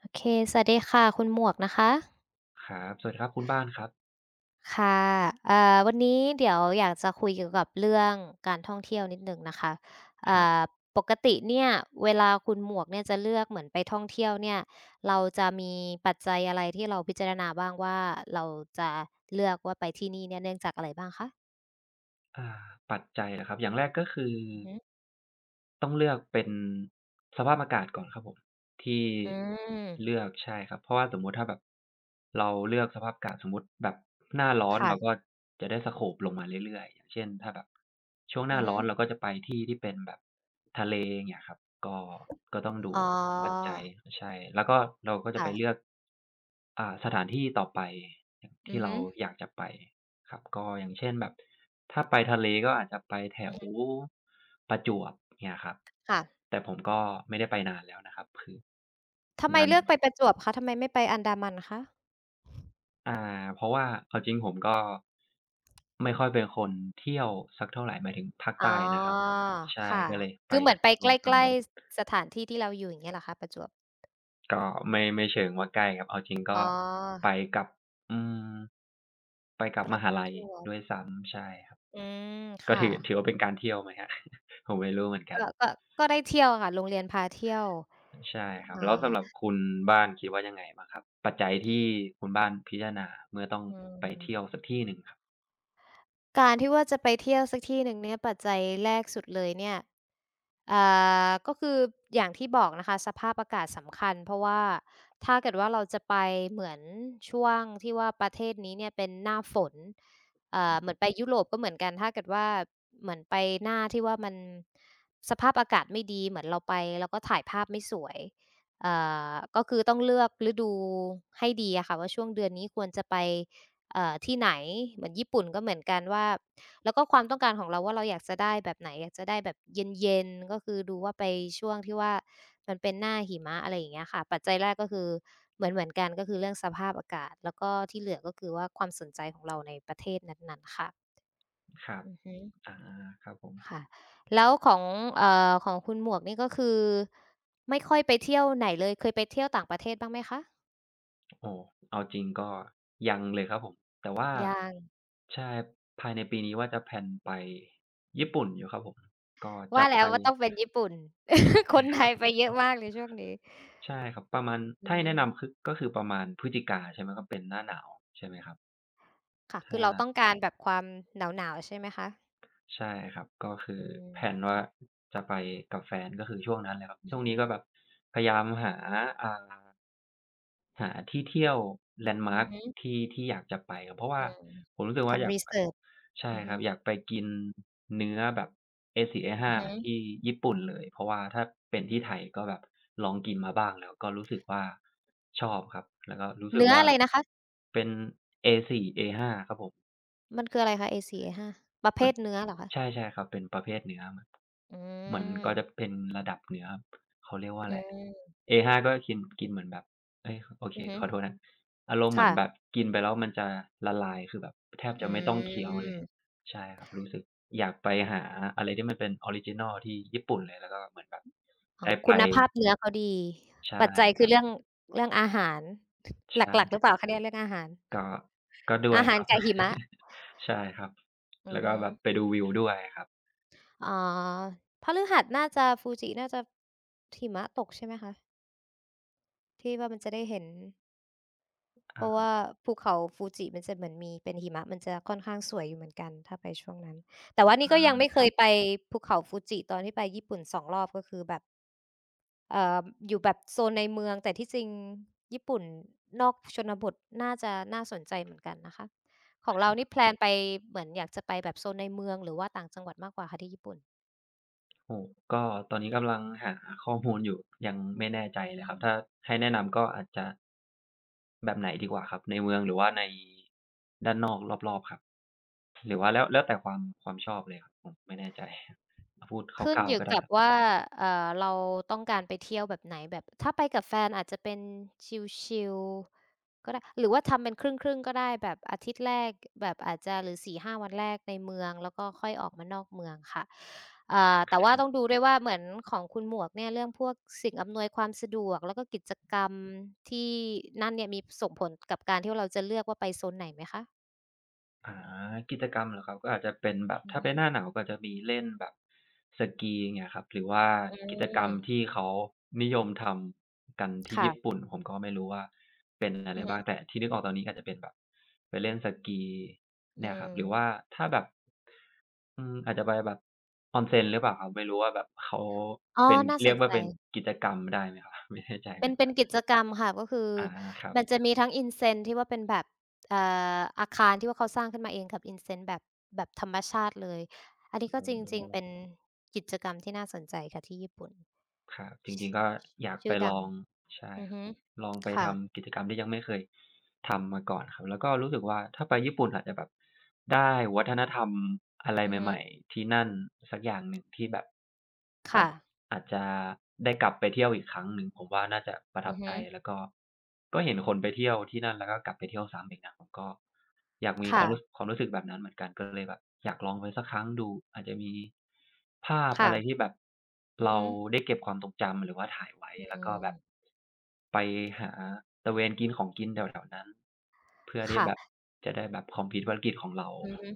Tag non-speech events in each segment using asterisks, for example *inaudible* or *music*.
โอเคสวัสดีค่ะคุณหมวกนะคะครับสวัสดีครับคุณบ้านครับค่ะวันนี้เดี๋ยวอยากจะคุยเกี่ยวกับเรื่องการท่องเที่ยวนิดหนึ่งนะคะคเอ่รัอบปกติเนี่ยเวลาคุณหมวกเนี่ยจะเลือกเหมือนไปท่องเที่ยวเนี่ยเราจะมีปัจจัยอะไรที่เราพิจารณาบ้างว่าเราจะเลือกว่าไปที่นี่เนี่ยเนื่องจากอะไรบ้างคะอ่าปัจจัยเหรอครับอย่างแรกก็คืออือฮึต้องเลือกเป็นสภาพอากาศก่อนครับผมที่อืมเลือกใช่ครับเพราะว่าสมมุติถ้าแบบเราเลือกสภาพอากาศสมมุติแบบหน้าร้อนค่ะเราก็จะได้สโกปลงมาเรื่อยๆอย่างเช่นถ้าแบบ อือฮึที่ที่เป็นแบบทะเลอย่างเงี้ยครับก็ก็ต้องดูอ๋อปัจจัยใช่แล้วก็เราก็จะไปค่ะเลือกสถานที่ต่อไปอย่างอืที่อเราฮึอยากจะไปครับก็อย่างเช่นแบบถ้าไปทะเลก็อาจจะไปแถอือวฮึประจวบเงี้ยครับค่ะแต่ผมก็ไม่ได้ไปนานแล้วนะครับคือทำไมนานเลือกไปประจวบคะทำไมไม่ไปอันดามันคะ เพราะว่าเอาจริงผมก็ไม่ค่อยเป็นคนเที่ยวสักเท่าไรหมายถึงภาคอ๋อใต้นะครับใช่ค่ะ ก็เลยไปคือเหมือนไปโซในแถกวล้นั้น ๆ สถานที่ที่เราอยู่อย่างเงี้ยเหรอคะประจวบ ก็ไม่เชิงว่าใกล้ครับเอาจริงอ๋ก็อ ไปกับอืมไปกัปบมระหาลัจยวบ ด้วยซ้ำใช่ครับอืมก็ค่ะ ถือว่าเป็นการเที่ยวไหมครับ *laughs* ผมไม่รู้เหมือนกันก็ก็ก็ได้เที่ยวอะค่ะโรงเรียนพาเที่ยวใช่ครับแล้วอาสำหรับคุณบ้านคิดว่ายังไงบ้างครับปัจจัยที่คุณบ้านพิจารณาเมื่อต้องอืไปเที่ยวม สักที่หนึ่งครับการที่ว่าจะไปเที่ยวสักที่หนึ่งเนี่ยปัจจัยแรกสุดเลยเนี่ยอ่าก็คืออย่างที่บอกนะคะสภาพอากาศสำคัญเพราะว่าถ้าเกิดว่าเราจะไปเหมือนช่วงที่ว่าประเทศนี้เนี่ยเป็นหน้าฝนเหมือนไปยุโรปก็เหมือนกันถ้าเกิดว่าเหมือนไปหน้าที่ว่ามันสภาพอากาศไม่ดีเหมือนเราไปแล้วก็ถ่ายภาพไม่สวยเอ่ก็คือต้องเลือกฤดูให้ดีอะค่ะว่าช่วงเดือนนี้ควรจะไป ที่ไหนเหมือนญี่ปุ่นก็เหมือนกันว่าแล้วก็ความต้องการของเราว่าเราอยากจะได้แบบไหนอยากจะได้แบบเย็นๆก็คือดูว่าไปช่วงที่ว่ามันเป็นหน้าหิมะอะไรอย่างเงี้ยค่ะปัจจัยแรกก็คือเหมือนกันก็คือเรื่องสภาพอากาศแล้วก็ที่เหลือก็คือว่าความสนใจของเราในประเทศนั้นๆค่ะครับอือฮึอาครับผมค่ะแล้วของของคุณหมวกนี่ก็คือไม่ค่อยไปเที่ยวไหนเลยเคยไปเที่ยวต่างประเทศบ้างไหมคะโอ้เอาจริงก็ยังเลยครับผมแต่ว่ายังใช่ภายในปีนี้ว่าจะแพลนไปญี่ปุ่นอยู่ครับผมก็จะว่าไปแล้วว่าต้องเป็นญี่ปุ่น *laughs* คใช่นคไทรัยไปบ เยอะมากเลยช่วงนี้ ใช่ครับประมาณอืถ้าให้มแนะนำคือก็คือประมาณพฤศจิกาใช่ไหมก็เป็นหน้าหนาวใช่ไหมครับค่ะคืถ้าอเราต้องการแบบความหนาวๆใช่ไหมคะใช่ครับก็คือือมแพลนว่าค่ะจะไปกับแฟนก็คือช่วงนั้นเลยครับอือช่วงฮึนี้ก็แบบพยายามหาอ่า หาที่เที่ยวแลนด์อืมาร์อกฮึที่ที่อยากจะไปครับเพราะว่าอืมผมรู้สึกว่าอทำยากรีไปเซิร์ชใช่อือคฮึรับอยากไปกินเนื้อแบบ A4 อือฮึ A5 ที่ญี่ปุ่นเลยเพราะว่าถ้าเป็นที่ไทยก็แบบลองกินมาบ้างแล้วก็รู้สึกว่าชอบครับแล้วก็รู้สึกเนื้อว่าอะไรนะคะเป็น A4 A5 ครับผม มันคืออะไรคะ A4 A5 ประเหเภมือนทเนื้อเหรอคะใช่ใช่ครับเป็นประเภทเนื้อมอืเหมือนก็จะมเป็นระดับเนื้อเขาเรียกว่าอะอืไรอะ ม A5 ก็กินกินเหมือนแบบเอ๊ยโอเคอือฮึขอโทษนะอารมณ์เหมือนแบบค่ะกินไปแล้วมันจะละลายคือแบบแทบอืจะไม่ต้องเคี้ยวเลยมใช่ครับรู้สึกอยากไปหาอะไรที่มันเป็นออริจินัลที่ญี่ปุ่นเลยแล้วก็เหมือนแบบอ๋อได้ไปคุณภาพเนื้อเขาดีใช่ปัจจัยคคืรัอเรื่องบเรื่องอาหารหลักๆหใช่รือเปล่าคะเนี่ยเรื่องอาหารก็ก็ด้วยอาหาครรับ กับหิมะ *laughs* ใช่ครับอืแล้อวก็ฮึ แบบไปดูวิวด้วยครับอ่าพฤหัสน่าจะฟูจิน่าจะหิมะตกใช่ไหมคะที่ว่ามันจะได้เห็นเพอะราะว่าฮภูเขาฟูจิมันจะเหมือนมีเป็นหิมะมันจะค่อนข้างสวยอยู่เหมือนกันถ้าไปช่วงนั้นแต่ว่านี่ก็ยังไม่เคยะ ไปภูเขาฟูจิตอนที่ไปญี่ปุ่น2รอบก็คือแบบเอ่ออยู่แบบโซนในเมืองแต่ที่จริงญี่ปุ่นนอกชนบทน่าจะน่าสนใจเหมือนกันนะคะของเรานี่แพลนไปเหมือนอยากจะไปแบบโซนในเมืองหรือว่าต่างจังหวัดมากกว่าค่ะที่ญี่ปุ่น โอ้โฮก็ตอนนี้กำลังหาข้อมูลอยู่ยังไม่แน่ใจเลยครับถ้าให้แนะนำก็อาจจะแบบไหนดีกว่าครับในเมืองหรือว่าในด้านนอกรอบๆครับหรือว่าแล้วแต่ความความชอบเลยครับผมไม่แน่ใจ *laughs* พูดคขึ้นร่าวอๆยู่ก็ได้ กับว่าเราต้องการไปเที่ยวแบบไหนแบบถ้าไปกับแฟนอาจจะเป็นชิลๆก็ได้หรือว่าทำเป็นครึ่งๆก็ได้แบบอาทิตย์แรกแบบอาจจะหรือ4-5วันแรกในเมืองแล้วก็ค่อยออกมานอกเมืองค่ะอ่าแต่ว่าต้องดูด้วยว่าเหมือนของคุณหมวกเนี่ยเรื่องพวกสิ่งอำนวยความสะดวกแล้วก็กิจกรรมที่นั่นเนี่ยมีส่งผลกับการที่เราจะเลือกว่าไปโซนไหนไหมคะอากิจกรรมเหรอครับก็อาจจะเป็นแบบอือถ้าเป็ฮึนหน้าหนาวก็จจะมีเล่นแบบสกีอย่างเงี้ยครับหรือว่าอืกิจกรรมมที่เขานิยมทำกันที่ญี่ค่ะปุ่นผมก็ไม่รู้ว่าเป็นอะไรอือฮึบ้างแต่ที่นึกออกตอนนี้อาจจะเป็นแบบไปเล่นสกีอืเนี่ยครับมหรือว่าถ้าแบบอาจจะไปแบบ onsen หรือเปล่าครับไม่รู้ว่าแบบเขาอ๋อเป็นน่าเรีสยกนว่าใจ เป็นกิจกรรมได้ไหมครับ *laughs* ไม่แน่ใจเหเป็มืนอนกันกิจกรรมค่ะก็คืออาครับมันจะมีทั้ง Incense ที่ว่าเป็นแบบเอ่อาคารที่ว่าเขาสร้างขึ้นมาเองกับ Incense แบบธรรมชาติเลยอันนี้ก็อ๋อ จริงๆเป็นกิจกรรมที่น่าสนใจค่ะที่ญี่ปุ่นครับจชริงๆก็อยากไปชื่อลดังองใช่อือครับฮึลองไปค่ะทำกิจกรรมที่ยังไม่เคยทำมาก่อนครับแล้วก็รู้สึกว่าถ้าไปญี่ปุ่นอาจจะแบบได้วัฒนธรรมอะไรอือฮึใหม่ๆที่นั่นสักอย่างหนึ่งที่แบบ ค่ะอาจจะได้กลับไปเที่ยวอีกครั้งหนึ่งผมว่าน่าจะประทัอืบอใจฮึแล้วก็ก็เห็นคนไปเที่ยวที่นั่นแล้วก็กลับไปเที่ยวซ้ำอีกนะผมก็อยากมีความรู้ค่ะความรู้สึกแบบนั้นเหมือนกันก็เลยแบบอยากลองไปสักครั้งดูอาจจะมีภาพอะไรค่ะที่แบบอือเราฮึได้เก็บความทรงจำหรือว่าถ่ายไว้อืแล้วก็แบบมไปหาตระเวนกินของกินแถวๆนั้นเพื่อที่ค่ะแบบจะได้แบบ complete ภารกิจของเราอือฮึ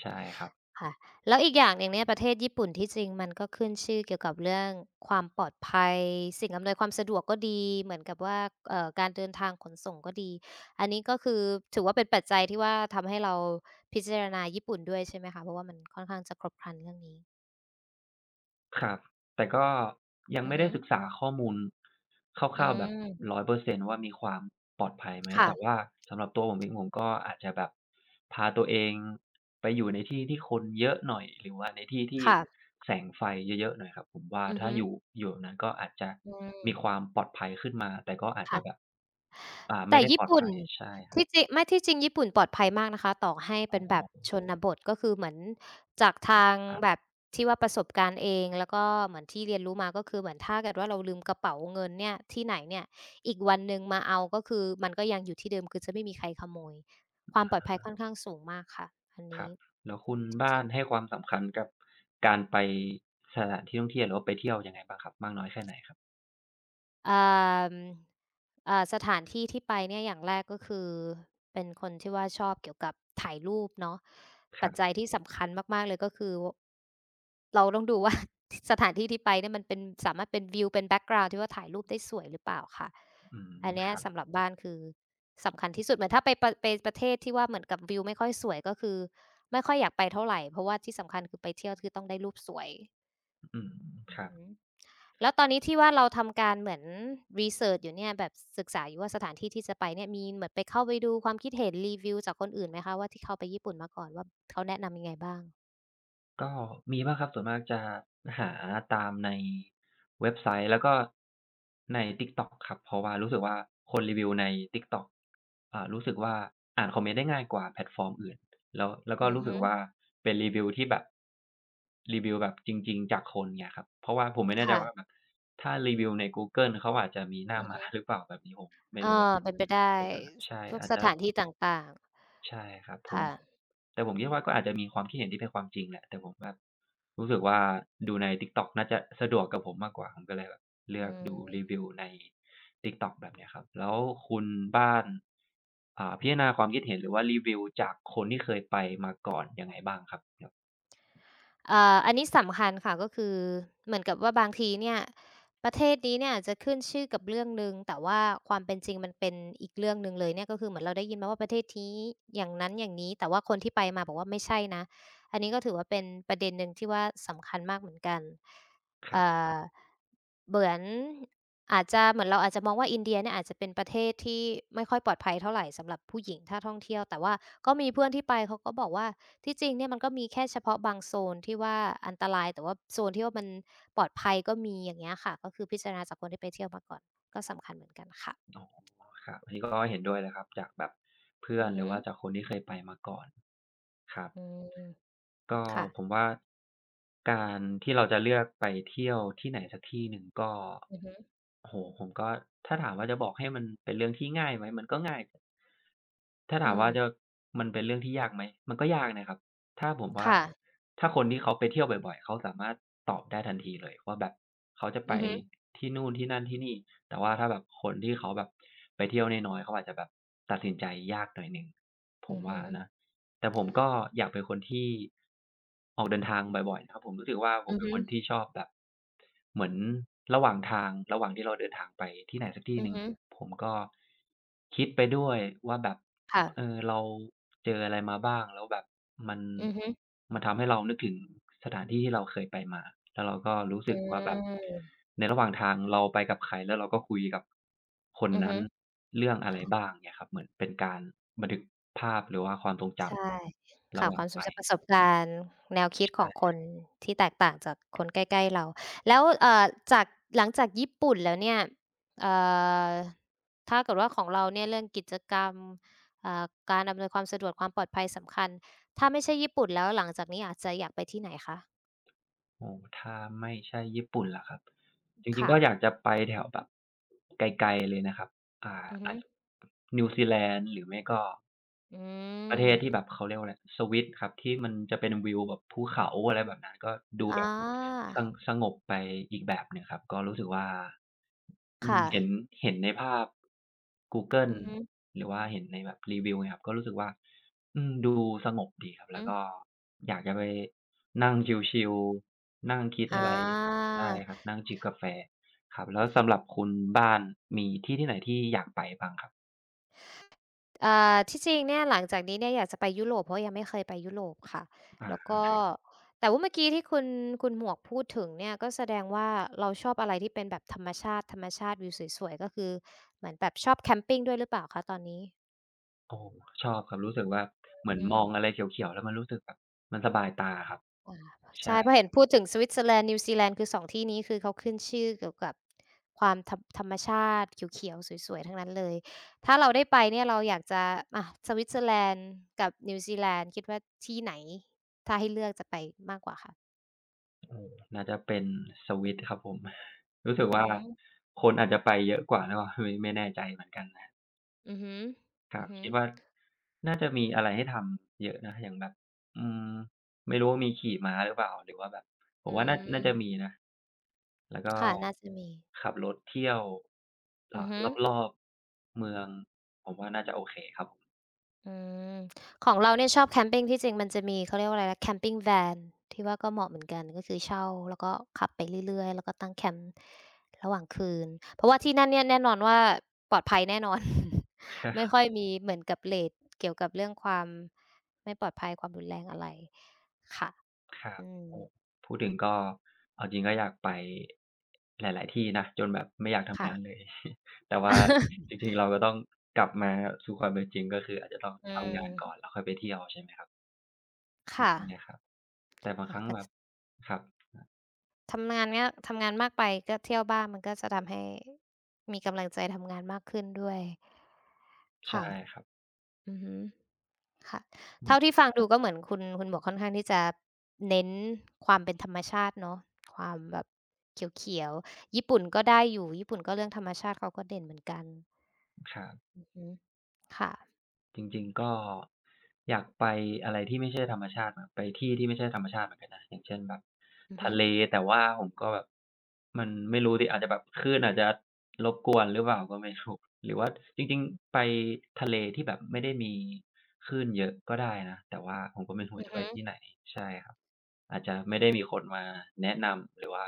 ใช่ครับ ค่ะแล้วอีกอย่างหนึ่งเนี่ยประเทศญี่ปุ่นที่จริงมันก็ขึ้นชื่อเกี่ยวกับเรื่องความปลอดภัยสิ่งอำนวยความสะดวกก็ดีเหมือนกับว่าการเดินทางขนส่งก็ดีอันนี้ก็คือถือว่าเป็นปัจจัยที่ว่าทำให้เราพิจารณาญี่ปุ่นด้วยใช่ไหมคะเพราะว่ามันค่อนข้างจะครบครันเรื่องนี้ครับแต่ก็ยังอือไม่ได้ฮึศึกษาข้อมูลคอืร่าวๆแบบม100 เปอร์เซ็นต์ว่ามีความปลอดภัยไหมแต่ค่ะว่าสำหรับตัวผมเองผมก็อาจจะแบบพาตัวเองไปอยู่ในที่ที่คนเยอะหน่อยหรือว่าในที่ที่ค่ะแสงไฟเยอะๆหน่อยครับผมว่าอือถ้าฮึอยู่แบบนั้นก็อาจจะอืมมีความปลอดภัยขึ้นมาแต่ก็อาจจะแบบค่ะ ไม่แต่ได้ปญี่ลอดปุ่นภัยใช่ครับที่จริงไม่ที่จริงญี่ปุ่นปลอดภัยมากนะคะต่อให้อ๋เป็นแบบอชนบทก็คือเหมือนจากทางครัแบบบ ที่ว่าประสบการณ์เองแล้วก็เหมือนที่เรียนรู้มาก็คือเหมือนถ้าเกิดว่าเราลืมกระเป๋าเงินเนี่ยที่ไหนเนี่ยอีกวันหนึ่งมาเอาก็คือมันก็ยังอยู่ที่เดิมคือจะไม่มีใครขโมยความปลอดภัยค่อนข้างสูงมากค่ะอันครันี้บแล้วคุณจบ้ารินง ให้ความสำคัญกับการไปสถานที่ท่องเที่ยวหรือว่าไปเที่ยวยังไงบ้างครับมากน้อยแค่ไหนครับอ่ามสถานที่ที่ไปเนี่ยอย่างแรกก็คือเป็นคนที่ว่าชอบเกี่ยวกับถ่ายรูปเนาะคปัรัจจัยบที่สำคัญมากๆเลยก็คือเราต้องดูว่า *laughs* สถานที่ที่ไปเนี่ยมันเป็นสามารถเป็นวิวเป็นแบ็กกราวนด์ที่ว่าถ่ายรูปได้สวยหรือเปล่าค่ะอืมอันเนี้คยรับสำหรับบ้านคือสำคัญที่สุดเหมือนถ้าไปประไปประเทศที่ว่าเหมือนกับวิวไม่ค่อยสวยก็คือไม่ค่อยอยากไปเท่าไหรเพราะว่าที่สำคัญคือไปเที่ยวคือต้องได้รูปสวยอืมอครับ ืม แล้วตอนนี้ที่ว่าเราทำการเหมือนรีเสิร์ชอยู่เนี่ยแบบศึกษาอยู่ว่าสถานที่ที่จะไปเนี่ยมีเหมือนไปเข้าไปดูความคิดเห็นรีวิวจากคนอื่นไหมคะว่าที่เขาไปญี่ปุ่นมาก่อนว่าเขาแนะนำยังไงบ้างก็มีบ้างครับส่วนมากจะหาตามในเว็บไซต์แล้วก็ใน TikTok ครับเพราะว่ารู้สึกว่าคนรีวิวใน TikTok รู้สึกว่าอ่านคอมเมนต์ได้ง่ายกว่าแพลตฟอร์มอื่นแล้วก็อือรู้สึฮึกว่าเป็นรีวิวที่แบบรีวิวแบบจริงๆจากคนเงี้ยครับเพราะว่าผมไม่แน่ใจค่ะว่าแบบถ้ารีวิวในกูเกิลเขาอาจจะมีหน้าอือม้าฮึหรือเปล่าแบบนี้ผมไม่เอรู้อะอเป็นไปได้สใช่พวกอาจสจะ ถานที่ต่างใช่ครับผๆมค่ะแต่ผมคิดว่าก็อาจจะมีความคิดเห็นที่เป็นความจริงแหละแต่ผมแบบรู้สึกว่าดูใน TikTok น่าจะสะดวกกับผมมากกว่าผมก็เลยแบบเลือือกดูรีม วิวใน TikTok แบบเนี้ยครับแล้วคุณบ้านพิจารณาความคิดเห็นหรือว่ารีวิวจากคนที่เคยไปมาก่อนยังไงบ้างครับครับอันนี้สำคัญค่ะก็คือเหมือนกับว่าบางทีเนี่ยประเทศนี้เนี่ยอาจจะขึ้นชื่อกับเรื่องหนึ่งแต่ว่าความเป็นจริงมันเป็นอีกเรื่องหนึ่งเลยเนี่ยก็คือเหมือนเราได้ยินมาว่าประเทศนี้อย่างนั้นอย่างนี้แต่ว่าคนที่ไปมาบอกว่าไม่ใช่นะอันนี้ก็ถือว่าเป็นประเด็นหนึ่งที่ว่าสำคัญมากเหมือนกันครัเอ่บอเหมือนอาจจะเหมือนเราอาจจะมองว่าอินเดียเนี่ยอาจจะเป็นประเทศที่ไม่ค่อยปลอดภัยเท่าไหรสำหรับผู้หญิงถ้าท่องเที่ยวแต่ว่าก็มีเพื่อนที่ไปเขาก็บอกว่า ที่จริงเนี่ยมันก็มีแค่เฉพาะบางโซนที่ว่าอันตรายแต่ว่าโซนที่ว่ามันปลอดภัยก็มีอย่างเงี้ยค่ะก็คือพิจารณาจากคนที่ไปเที่ยวมาก่อนก็สำคัญเหมือนกันค่ะอ๋อครับอันนี้ก็เห็นด้วยเลยครับจากแบบเพื่ออืนอหรือฮึว่าจากคนที่เคยไปมาก่อนครับ อืมก็ค่ะผมว่าการที่เราจะเลือกไปเที่ยวที่ไหนสักที่หนึ่งก็อือฮึโอ้โฮผมก็ถ้าถามว่าจะบอกให้มันเป็นเรื่องที่ง่ายไหมมันก็ง่ายถ้าอืถามมว่าจะมันเป็นเรื่องที่ยากไหมมันก็ยากนะครับ ถ้าผมว่าค่ะถ้าคนที่เขาไปเที่ยวบ่อยๆเขาสามารถตอบได้ทันทีเลยว่าแบบเขาจะไปอือฮึที่นู่นที่นั่นที่นี่แต่ว่าถ้าแบบคนที่เขาแบบไปเที่ยวน้อยๆเขาอาจจะแบบตัดสินใจยากหน่อยหนึ่งผอืมอฮึว่านะแต่ผมก็อยากเป็นคนที่ออกเดินทางบ่อยๆนะครับผมรู้สึกว่าผมอือเป็นฮึคนที่ชอบแบบเหมือนระหว่างทางระหว่างที่เราเดินทางไปที่ไหนสักที่อืหอนึ่งฮึผมก็คิดไปด้วยว่าแบบ ค่ะเออเราเจออะไรมาบ้างแล้วแบบมันอือฮึมันทำให้เรานึกถึงสถานที่ที่เราเคยไปมาแล้วเราก็รู้อืสึกว่าแบบมในระหว่างทางเราไปกับใครแล้วเราก็คุยกับคนอือนั้ฮึ นเรื่องอะไรบ้างเงี้ยครับเหมือนเป็นการบันทึกภาพหรือว่าความทรงจใช่ำระค่ะหว่าคงวามทรไปงจำประสบการณ์แนวคิดของคใช่นที่แตกต่างจากคนใกล้ๆเราแล้วจากหลังจากญี่ปุ่นแล้วเนี่ยเอ่อถ้าเกิดว่าของเราเนี่ยเรื่องกิจกรรมอ่าการอำนวยความสะดวกความปลอดภัยสำคัญถ้าไม่ใช่ญี่ปุ่นแล้วหลังจากนี้อาจจะอยากไปที่ไหนคะโอ้ถ้าไม่ใช่ญี่ปุ่นล่ะครับจริงๆค่ะก็อยากจะไปแถวแบบไกลๆเลยนะครับอ่าอือฮึอาจนิวซีแลนด์หรือไม่ก็ อืประเทศที่แบมบเขาเรียกว่าอะไรสวิตครับที่มันจะเป็นวิวแบบภูเขาอะไรแบบนั้นก็ดูแบอาบสสงบไปอีกแบบหนึ่งครับก็รู้สึกว่าอืมค่ะเห็นในภาพกูเกิลอือฮึหรือว่าเห็นในแบบรีวิวเงี้ยครับก็รู้สึกว่าอืมดูสงบดีครับแล้อือวก็อยากจะไปนั่งชิลๆนั่งคิดอา อะไรใช่ครับนั่งจิบกาแฟครับแล้วสำหรับคุณบ้านมีที่ที่ไหนที่อยากไปบ้างครับอ่าที่จริงเนี่ยหลังจากนี้เนี่ยอยากจะไปยุโรปเพราะยังไม่เคยไปยุโรปค่ะแล้วอา ก็แต่ว่าเมื่อกี้ที่คุณหมวกพูดถึงเนี่ยก็แสดงว่าเราชอบอะไรที่เป็นแบบธรรมชาติธรรมชาติวิวสวยๆก็คือเหมือนแบบชอบแคมปิงด้วยหรือเปล่าคะตอนนี้โอ้ชอบครับรู้สึกว่าเหมือนอืมองอะไรม เขียวๆแล้วมันรู้สึกแบบมันสบายตาครับอาใช่ใช่เพราะเห็นพูดถึงสวิตเซอร์แลนด์นิวซีแลนด์คือสองที่นี้คือเขาขึ้นชื่อเกี่ยวกับความธรรมธรรมชาติเขียวๆสวยๆทั้งนั้นเลยถ้าเราได้ไปเนี่ยเราอยากจะอะสวิตเซอร์แลนด์กับนิวซีแลนด์คิดว่าที่ไหนถ้าให้เลือกจะไปมากกว่าคะเออน่าจะเป็นสวิตช์ครับผม *laughs* รู้สึกอืว่ามคนอาจจะไปเยอะกว่าหรือเปล่า *laughs* ไม่แน่ใจเหมือนกันนะอือฮึครัอืบอก็ฮึคิดว่าน่าจะมีอะไรให้ทำเยอะนะอย่างแบบอืมไม่รู้ว่ามีขี่ม้าหรือเปล่าหรือว่าแบบผมอืว่าน่าจะมีมนะแล้วก็ค่ะน่าจะมีขับรถเที่ยวอ่าอือฮึ รอบๆเมืองผมว่าน่าจะโอเคครับผม อืมของเราเนี่ยชอบแคมปิงที่จริงมันจะมีเขาเรียกว่าอะไรนะแคมปิงแวนที่ว่าก็เหมาะเหมือนกันก็คือเช่าแล้วก็ขับไปเรื่อยๆแล้วก็ตั้งแคมป์ระหว่างคืนเพราะว่าที่นั่นเนี่ยแน่นอนว่าปลอดภัยแน่นอน *laughs* ไม่ค่อยมีเหมือนกับเรตเกี่ยวกับเรื่องความไม่ปลอดภัยความรุนแรงอะไรค่ะครับอืมโอ้พูดถึงก็เอาจริงก็อยากไปหลาย ๆ ที่นะจนแบบไม่อยากทำค่ะ งานเลย *laughs* แต่ว่าจริง *laughs* ๆ เราก็ต้องกลับมาสู่ความเป็นจริงก็คืออาจจะต้องอืทำงานก่อนมแล้วค่อยไปเที่ยวใช่ไหมครับค่ะเนี่ยครับแต่บางคค่ะรั้งแต่แบทบครับทำงานเงี้ยทำงานมากไปก็เที่ยวบ้างมันก็จะทำให้มีกำลังใจทำงานมากขึ้นด้วย ใช่ค่ะครับอือฮึค่ะอืเท่ามที่ฟังดูก็เหมือนคุณหมวกค่อนข้างที่จะเน้นความเป็นธรรมชาติเนาะความแบบเขียวๆญี่ปุ่นก็ได้อยู่ ญี่ปุ่นก็เรื่องธรรมชาติเขาก็เด่นเหมือนกันครับ อือฮึค่ะจริงๆก็อยากไปอะไรที่ไม่ใช่ธรรมชาติครับไปที่ที่ไม่ใช่ธรรมชาติเหมือนกันนะอย่างเช่นแบบอือทะฮึเลแต่ว่าผมก็แบบมันไม่รู้สิอาจจะแบบคลื่นอาจจะรบกวนหรือเปล่าก็ไม่รู้หรือว่าจริงๆไปทะเลที่แบบไม่ได้มีคลื่นเยอะก็ได้นะแต่ว่าผมก็ไม่รู้อืว่าอจะไปฮึที่ไหนใช่ครับอาจจะไม่ได้มีคนมาแนะนำหรือว่า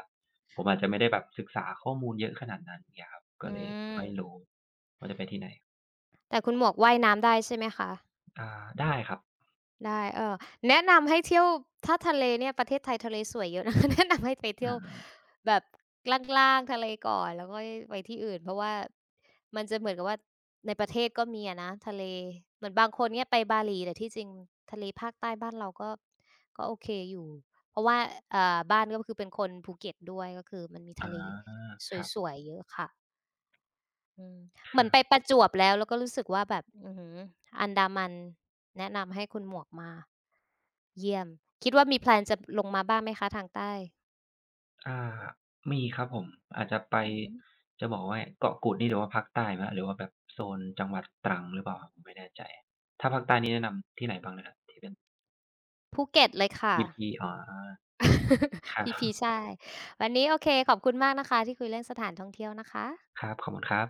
ผมอาจจะไม่ได้แบบศึกษาข้อมูลเยอะขนาดนั้นเงี้ยครับก็อืเลยไม่มรู้ว่าจะไปที่ไหนแต่คุณหมวกว่ายน้ำได้ใช่ไหมคะ อาได้ครับได้เออแนะนำให้เที่ยวถ้าทะเลเนี่ยประเทศไทยทะเลสวยเยอะ *laughs* นะแนะนำให้ไปเที่ยวอา แบบล่างๆทะเลก่อนแล้วค่อยไปที่อื่นเพราะว่ามันจะเหมือนกับว่าในประเทศก็มีอะนะทะเลเหมือนบางคนเนี่ยไปบาหลีแต่ที่จริงทะเลภาคใต้บ้านเราก็ก็โอเคอยู่เพราะว่าบ้านก็คือเป็นคนภูเก็ตด้วยก็คือมันมีอาทะเลครับสวยๆเยอะค่ะ อืมคเหมืรัอนไปบ ประจวบแล้วแล้วก็รู้สึกว่าแบบอื้อฮืออันดามันแนะนำให้คุณหมวกมาเยี่ยมคิดว่ามีแพลนจะลงมาบ้างไหมคะทางใต้อ่ามีครับผม อาจจะไป อือฮึจะบอกว่าเกาะกูดนี่หรือว่าภาคใต้ไหมครับหรือว่าแบบโซนจังหวัดตรังหรือเปล่า ผมไม่แน่ใจ ถ้าภาคใต้นี่แนะนำที่ไหนบ้างนะครับที่เป็น ภูเก็ตเลยค่ะ EP อ๋อค *laughs* รับพีพีใช่วันนี้โอเคขอบคุณมากนะคะที่คุยเรื่องสถานท่องเที่ยวนะคะครับ ขอบคุณครับ